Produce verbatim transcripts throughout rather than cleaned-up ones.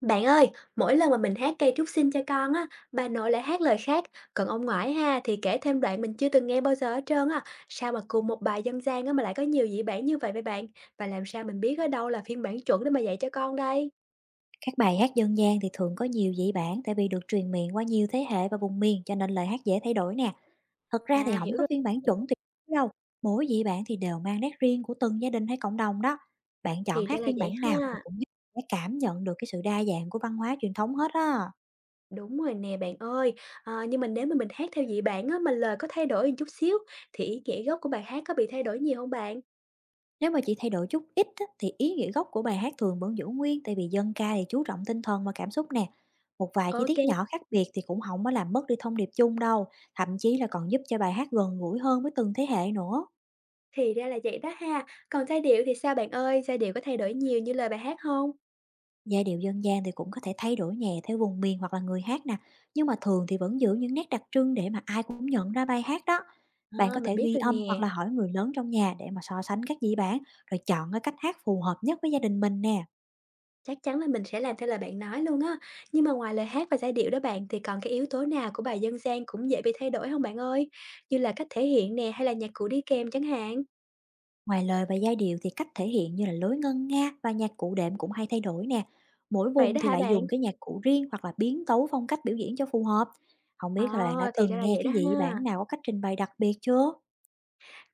Bạn ơi, mỗi lần mà mình hát cây trúc xinh cho con á, bà nội lại hát lời khác, còn ông ngoại ha thì kể thêm đoạn mình chưa từng nghe bao giờ hết trơn á. Sao mà cùng một bài dân gian á mà lại có nhiều dị bản như vậy vậy bạn? Và làm sao mình biết ở đâu là phiên bản chuẩn để mà dạy cho con đây? Các bài hát dân gian thì thường có nhiều dĩ bản tại vì được truyền miệng qua nhiều thế hệ và vùng miền, cho nên lời hát dễ thay đổi nè. Thật ra thì À không hiểu có rồi. phiên bản chuẩn tuyệt đối đâu. Mỗi dĩ bản thì đều mang nét riêng của từng gia đình hay cộng đồng đó. Bạn chọn Thì ra hát là phiên vậy bản nào thì ha. cũng giúp để cảm nhận được cái sự đa dạng của văn hóa truyền thống hết á. Đúng rồi nè bạn ơi. À, nhưng mà nếu mà mình hát theo dị bản á mà lời có thay đổi một chút xíu thì ý nghĩa gốc của bài hát có bị thay đổi nhiều không bạn? Nếu mà chỉ thay đổi chút ít á, thì ý nghĩa gốc của bài hát thường vẫn giữ nguyên, tại vì dân ca thì chú trọng tinh thần và cảm xúc nè. Một vài chi Ok, tiết nhỏ khác biệt thì cũng không có làm mất đi thông điệp chung đâu, thậm chí là còn giúp cho bài hát gần gũi hơn với từng thế hệ nữa. thì ra là vậy đó ha. Còn giai điệu thì sao bạn ơi? Giai điệu có thay đổi nhiều như lời bài hát không? Giai điệu dân gian thì cũng có thể thay đổi nhẹ theo vùng miền hoặc là người hát nè, nhưng mà thường thì vẫn giữ những nét đặc trưng để mà ai cũng nhận ra bài hát đó. À, Bạn có mình thể biết ghi rồi âm hoặc nè, là hỏi người lớn trong nhà để mà so sánh các dĩ bản, rồi chọn cái cách hát phù hợp nhất với gia đình mình nè. chắc chắn là mình sẽ làm theo lời bạn nói luôn á. Nhưng mà ngoài lời hát và giai điệu đó bạn thì còn cái yếu tố nào của bài dân gian cũng dễ bị thay đổi không bạn ơi? Như là cách thể hiện nè hay là nhạc cụ đi kèm chẳng hạn? Ngoài lời và giai điệu thì cách thể hiện như là lối ngân nga và nhạc cụ đệm cũng hay thay đổi nè. Mỗi Vậy vùng đó thì hả lại bạn? dùng cái nhạc cụ riêng hoặc là biến tấu phong cách biểu diễn cho phù hợp. Không Ờ, biết là bạn đã thì ra từng là nghe vậy đó cái dĩ bản ha. nào có cách trình bày đặc biệt chưa?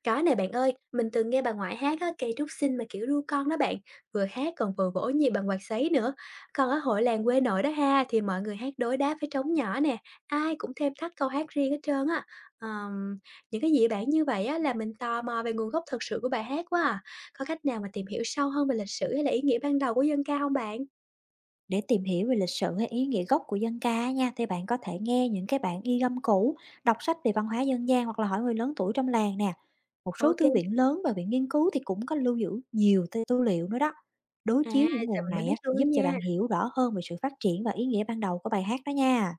Có nè bạn ơi, mình từng nghe bà ngoại hát á, cây trúc xinh mà kiểu ru con đó bạn, vừa hát còn vừa vỗ nhịp bằng quạt sấy nữa. Còn ở hội làng quê nội đó ha, thì mọi người hát đối đáp với trống nhỏ nè, ai cũng thêm thắt câu hát riêng hết trơn á. Ờm, những cái dĩa bản như vậy á, là mình tò mò về nguồn gốc thật sự của bài hát quá à. Có cách nào mà tìm hiểu sâu hơn về lịch sử hay là ý nghĩa ban đầu của dân ca không bạn? Để tìm hiểu về lịch sử hay ý nghĩa gốc của dân ca nha, thì bạn có thể nghe những cái bản ghi âm cũ, đọc sách về văn hóa dân gian hoặc là hỏi người lớn tuổi trong làng nè. Một số Ok, thư viện lớn và viện nghiên cứu thì cũng có lưu giữ nhiều tư tư liệu nữa đó. Đối à chiếu những giờ nguồn mình mới này biết á, luôn sẽ đó giúp cho nha. bạn hiểu rõ hơn về sự phát triển và ý nghĩa ban đầu của bài hát đó nha.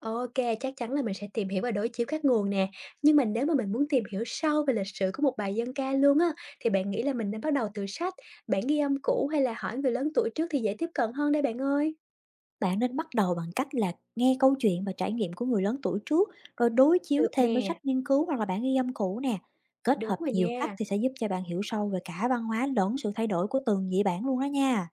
OK, chắc chắn là mình sẽ tìm hiểu và đối chiếu các nguồn nè. Nhưng mà nếu mà mình muốn tìm hiểu sâu về lịch sử của một bài dân ca luôn á, thì bạn nghĩ là mình nên bắt đầu từ sách, bản ghi âm cũ hay là hỏi người lớn tuổi trước thì dễ tiếp cận hơn đây bạn ơi? Bạn nên bắt đầu bằng cách là nghe câu chuyện và trải nghiệm của người lớn tuổi trước, rồi đối chiếu Được thêm với sách nè, nghiên cứu hoặc là bản ghi âm cũ nè. Kết đúng hợp rồi nhiều cách nha. thì sẽ giúp cho bạn hiểu sâu về cả văn hóa lẫn sự thay đổi của từng dị bản luôn đó nha.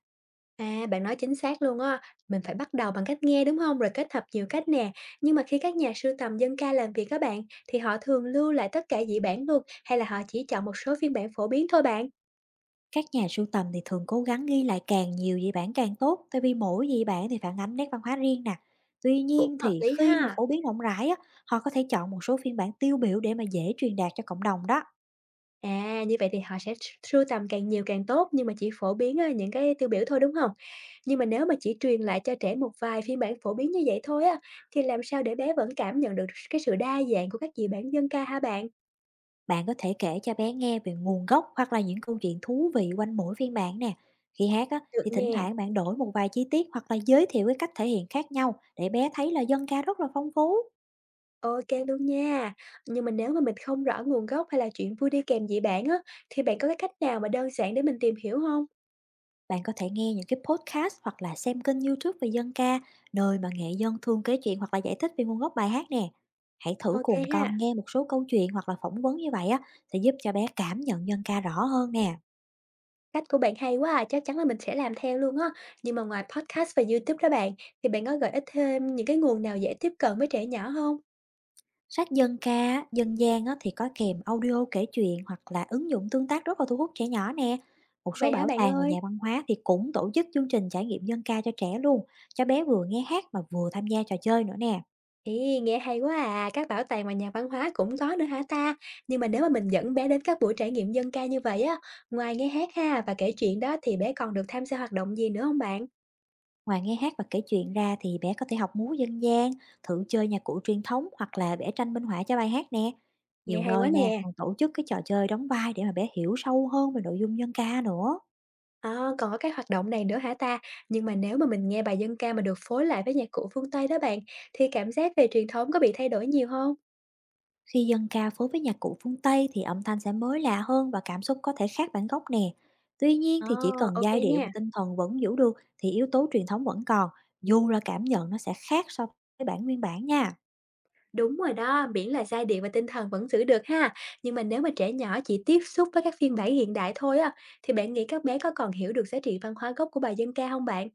À, bạn nói chính xác luôn á, mình phải bắt đầu bằng cách nghe đúng không? Rồi kết hợp nhiều cách nè. Nhưng mà khi các nhà sưu tầm dân ca làm việc các bạn, thì họ thường lưu lại tất cả dị bản luôn, hay là họ chỉ chọn một số phiên bản phổ biến thôi bạn? Các nhà sưu tầm thì thường cố gắng ghi lại càng nhiều dị bản càng tốt, tại vì mỗi dị bản thì phản ánh nét văn hóa riêng nè. Tuy Cũng nhiên hợp thì lý khi mà ha. phổ biến rộng rãi á, họ có thể chọn một số phiên bản tiêu biểu để mà dễ truyền đạt cho cộng đồng đó. À, như vậy thì họ sẽ s sưu tầm càng nhiều càng tốt, nhưng mà chỉ phổ biến, ơ, những cái tiêu biểu thôi, đúng không? Nhưng mà nếu mà chỉ truyền lại cho trẻ một vài phiên bản phổ biến như vậy thôi á, thì làm sao để bé vẫn cảm nhận được cái sự đa dạng của các dị bản dân ca hả bạn? Bạn có thể kể cho bé nghe về nguồn gốc hoặc là những câu chuyện thú vị quanh mỗi phiên bản nè. Khi hát á, Được thì thỉnh nè, thoảng bạn đổi một vài chi tiết hoặc là giới thiệu cái cách thể hiện khác nhau để bé thấy là dân ca rất là phong phú. ok luôn nha. Nhưng mà nếu mà mình không rõ nguồn gốc hay là chuyện vui đi kèm dị bản á, thì bạn có cái cách nào mà đơn giản để mình tìm hiểu không? Bạn có thể nghe những cái podcast hoặc là xem kênh YouTube về dân ca, nơi mà nghệ dân thường kể chuyện hoặc là giải thích về nguồn gốc bài hát nè. Hãy thử Ok cùng ha. con nghe một số câu chuyện hoặc là phỏng vấn như vậy á, sẽ giúp cho bé cảm nhận dân ca rõ hơn nè. Cách của bạn hay quá à, chắc chắn là mình sẽ làm theo luôn á. Nhưng mà ngoài podcast và YouTube đó bạn, thì bạn có gợi ý thêm những cái nguồn nào dễ tiếp cận với trẻ nhỏ không? Sách dân ca dân gian á, thì có kèm audio kể chuyện hoặc là ứng dụng tương tác rất là thu hút trẻ nhỏ nè. Một số Vậy hả bảo bạn tàng và nhà ơi? văn hóa thì cũng tổ chức chương trình trải nghiệm dân ca cho trẻ luôn, cho bé vừa nghe hát mà vừa tham gia trò chơi nữa nè. Ê, nghe hay quá à, các bảo tàng và nhà văn hóa cũng có nữa hả ta? Nhưng mà nếu mà mình dẫn bé đến các buổi trải nghiệm dân ca như vậy á, ngoài nghe hát ha và kể chuyện đó thì bé còn được tham gia hoạt động gì nữa không bạn? Ngoài nghe hát và kể chuyện ra thì bé có thể học múa dân gian, thử chơi nhạc cụ truyền thống hoặc là vẽ tranh minh họa cho bài hát nè. Nghe Nhiều hay quá nơi nha, nè. còn tổ chức cái trò chơi đóng vai để mà bé hiểu sâu hơn về nội dung dân ca nữa. Ờ, còn có cái hoạt động này nữa hả ta? Nhưng mà nếu mà mình nghe bài dân ca mà được phối lại với nhạc cụ phương Tây đó bạn, thì cảm giác về truyền thống có bị thay đổi nhiều không? Khi dân ca phối với nhạc cụ phương Tây thì âm thanh sẽ mới lạ hơn và cảm xúc có thể khác bản gốc nè. Tuy nhiên Ờ, thì chỉ cần ok giai điệu nha. và tinh thần vẫn giữ được thì yếu tố truyền thống vẫn còn, dù là cảm nhận nó sẽ khác so với bản nguyên bản nha. Đúng rồi đó, miễn là giai điệu và tinh thần vẫn giữ được ha. Nhưng mà nếu mà trẻ nhỏ chỉ tiếp xúc với các phiên bản hiện đại thôi á, thì bạn nghĩ các bé có còn hiểu được giá trị văn hóa gốc của bài dân ca không bạn?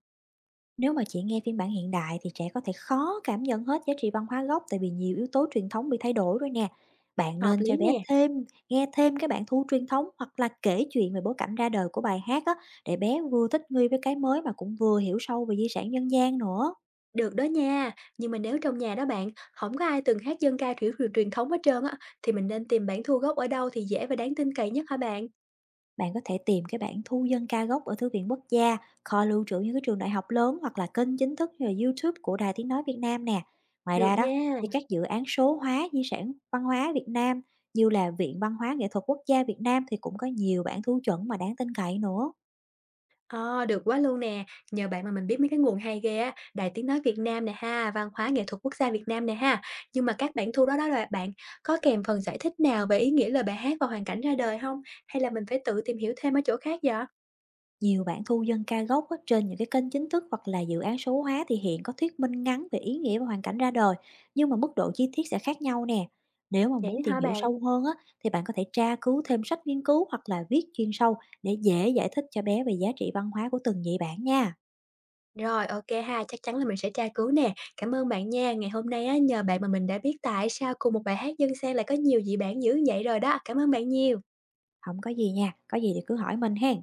Nếu mà chỉ nghe phiên bản hiện đại thì trẻ có thể khó cảm nhận hết giá trị văn hóa gốc, tại vì nhiều yếu tố truyền thống bị thay đổi rồi nè. Bạn Hợp nên cho lý bé nè, thêm, nghe thêm cái bản thu truyền thống hoặc là kể chuyện về bối cảnh ra đời của bài hát á, để bé vừa thích nghi với cái mới mà cũng vừa hiểu sâu về di sản dân gian nữa. được đó nha. Nhưng mà nếu trong nhà đó bạn, không có ai từng hát dân ca kiểu truyền truyền thống hết trơn á, thì mình nên tìm bản thu gốc ở đâu thì dễ và đáng tin cậy nhất hả bạn? Bạn có thể tìm cái bản thu dân ca gốc ở thư viện quốc gia, kho lưu trữ những cái trường đại học lớn hoặc là kênh chính thức như là YouTube của Đài Tiếng Nói Việt Nam nè. Ngoài Được ra đó nha. thì các dự án số hóa di sản văn hóa Việt Nam như là Viện Văn hóa Nghệ thuật Quốc gia Việt Nam thì cũng có nhiều bản thu chuẩn mà đáng tin cậy nữa. Ờ, được quá luôn nè, nhờ bạn mà mình biết mấy cái nguồn hay ghê á, Đài Tiếng Nói Việt Nam nè ha, Văn hóa Nghệ thuật Quốc gia Việt Nam nè ha. Nhưng mà các bản thu đó đó là bạn có kèm phần giải thích nào về ý nghĩa lời bài hát và hoàn cảnh ra đời không? Hay là mình phải tự tìm hiểu thêm ở chỗ khác vậy? Nhiều bạn thu dân ca gốc á, trên những cái kênh chính thức hoặc là dự án số hóa thì hiện có thuyết minh ngắn về ý nghĩa và hoàn cảnh ra đời, nhưng mà mức độ chi tiết sẽ khác nhau nè. Nếu mà Vậy muốn tìm hả hiểu bạn? sâu hơn á, thì bạn có thể tra cứu thêm sách nghiên cứu hoặc là viết chuyên sâu để dễ giải thích cho bé về giá trị văn hóa của từng vị bản nha. Rồi, ok ha, chắc chắn là mình sẽ tra cứu nè. Cảm ơn bạn nha, ngày hôm nay á, nhờ bạn mà mình đã biết tại sao cùng một bài hát Dân Sen lại có nhiều dị bản dữ vậy rồi đó. Cảm ơn bạn nhiều. Không có gì nha, có gì thì cứ hỏi mình hen.